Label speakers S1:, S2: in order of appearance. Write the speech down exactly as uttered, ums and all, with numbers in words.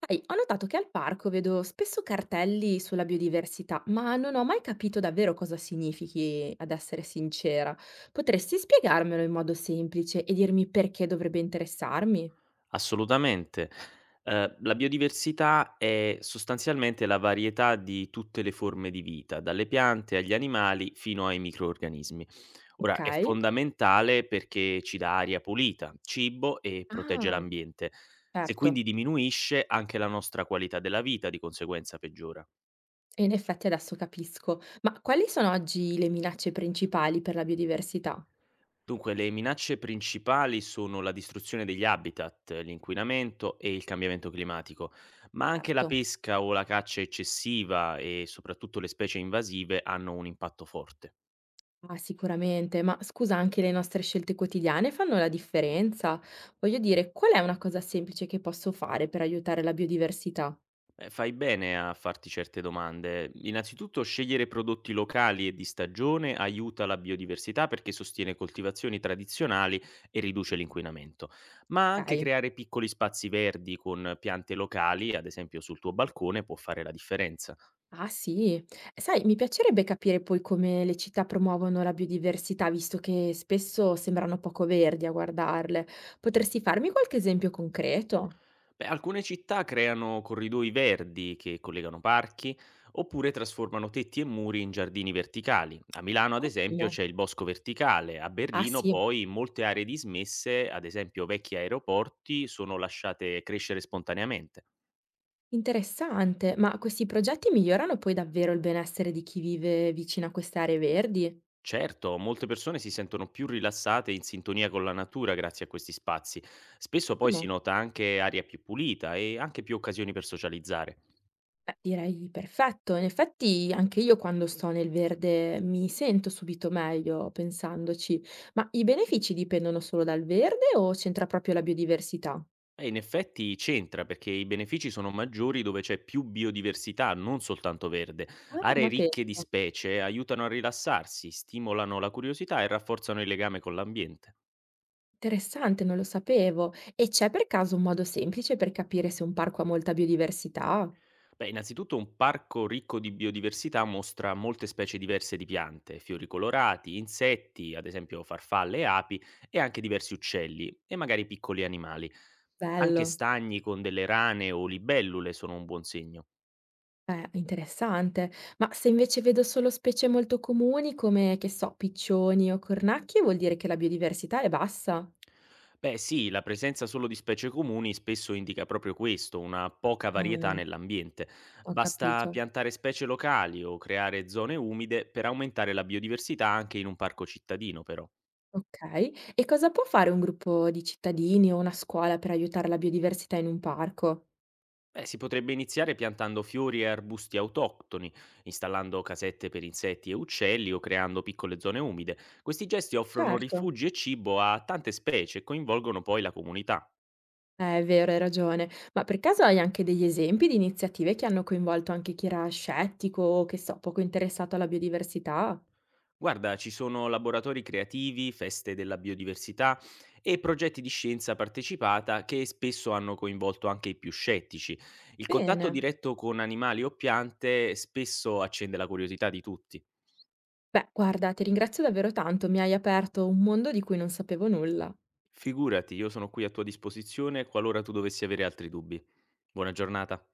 S1: Sai, ho notato che al parco vedo spesso cartelli sulla biodiversità, ma non ho mai capito davvero cosa significhi, ad essere sincera. Potresti spiegarmelo in modo semplice e dirmi perché dovrebbe interessarmi?
S2: Assolutamente. Ehm, la biodiversità è sostanzialmente la varietà di tutte le forme di vita, dalle piante agli animali fino ai microrganismi.
S1: Ok?
S2: Ora è fondamentale perché ci dà aria pulita, cibo e protegge
S1: Ah,
S2: l'ambiente. Se
S1: certo.
S2: quindi diminuisce, anche la nostra qualità della vita di conseguenza peggiora.
S1: E in effetti adesso capisco. Ma quali sono oggi le minacce principali per la biodiversità?
S2: Dunque, le minacce principali sono la distruzione degli habitat, l'inquinamento e il cambiamento climatico, ma anche la
S1: Certo.
S2: pesca o la caccia eccessiva e soprattutto le specie invasive hanno un impatto forte.
S1: Ah, sicuramente, ma scusa, anche le nostre scelte quotidiane fanno la differenza. Voglio dire, qual è una cosa semplice che posso fare per aiutare la biodiversità?
S2: Eh, fai bene a farti certe domande. Innanzitutto, scegliere prodotti locali e di stagione aiuta la biodiversità perché sostiene coltivazioni tradizionali e riduce l'inquinamento, ma anche
S1: Okay.
S2: creare piccoli spazi verdi con piante locali, ad esempio sul tuo balcone, può fare la differenza.
S1: Ah sì? Sai, mi piacerebbe capire poi come le città promuovono la biodiversità, visto che spesso sembrano poco verdi a guardarle. Potresti farmi qualche esempio concreto?
S2: Beh, alcune città creano corridoi verdi che collegano parchi, oppure trasformano tetti e muri in giardini verticali. A Milano, ad esempio,
S1: Ottimo.
S2: c'è il bosco verticale, a
S1: Ah
S2: Berlino
S1: sì,
S2: poi molte aree dismesse, ad esempio vecchi aeroporti, sono lasciate crescere spontaneamente.
S1: interessante. Ma questi progetti migliorano poi davvero il benessere di chi vive vicino a queste aree verdi?
S2: Certo, molte persone si sentono più rilassate e in sintonia con la natura grazie a questi spazi. Spesso poi si
S1: Ottimo.
S2: nota anche aria più pulita e anche più occasioni per socializzare.
S1: Beh, direi perfetto. In effetti anche io quando sto nel verde mi sento subito meglio pensandoci, ma i benefici dipendono solo dal verde o c'entra proprio la biodiversità?
S2: Eh, in effetti c'entra perché i benefici sono maggiori dove c'è più biodiversità, non soltanto verde.
S1: Ah,
S2: Aree
S1: ma
S2: ricche di
S1: pensa,
S2: specie aiutano a rilassarsi, stimolano la curiosità e rafforzano il legame con l'ambiente.
S1: interessante, non lo sapevo. E c'è per caso un modo semplice per capire se un parco ha molta biodiversità?
S2: Beh, innanzitutto un parco ricco di biodiversità mostra molte specie diverse di piante, fiori colorati, insetti, ad esempio farfalle e api, e anche diversi uccelli e magari piccoli animali. Anche
S1: Bello,
S2: stagni con delle rane o libellule sono un buon segno.
S1: eh, interessante. Ma se invece vedo solo specie molto comuni come, che so, piccioni o cornacchie, vuol dire che la biodiversità è bassa?
S2: Beh sì, la presenza solo di specie comuni spesso indica proprio questo, una poca varietà
S1: Ah,
S2: nell'ambiente.
S1: ho
S2: Basta
S1: capito.
S2: piantare specie locali o creare zone umide per aumentare la biodiversità anche in un parco cittadino, però.
S1: Okay. E cosa può fare un gruppo di cittadini o una scuola per aiutare la biodiversità in un parco?
S2: Beh, si potrebbe iniziare piantando fiori e arbusti autoctoni, installando casette per insetti e uccelli o creando piccole zone umide. Questi gesti offrono
S1: Certo.
S2: rifugi e cibo a tante specie e coinvolgono poi la comunità.
S1: Eh, è vero, hai ragione. Ma per caso hai anche degli esempi di iniziative che hanno coinvolto anche chi era scettico o, che so, poco interessato alla biodiversità?
S2: Guarda, ci sono laboratori creativi, feste della biodiversità e progetti di scienza partecipata che spesso hanno coinvolto anche i più scettici. Il contatto
S1: Bene.
S2: diretto con animali o piante spesso accende la curiosità di tutti.
S1: Beh, guarda, ti ringrazio davvero tanto, mi hai aperto un mondo di cui non sapevo nulla.
S2: Figurati, io sono qui a tua disposizione qualora tu dovessi avere altri dubbi. Buona giornata.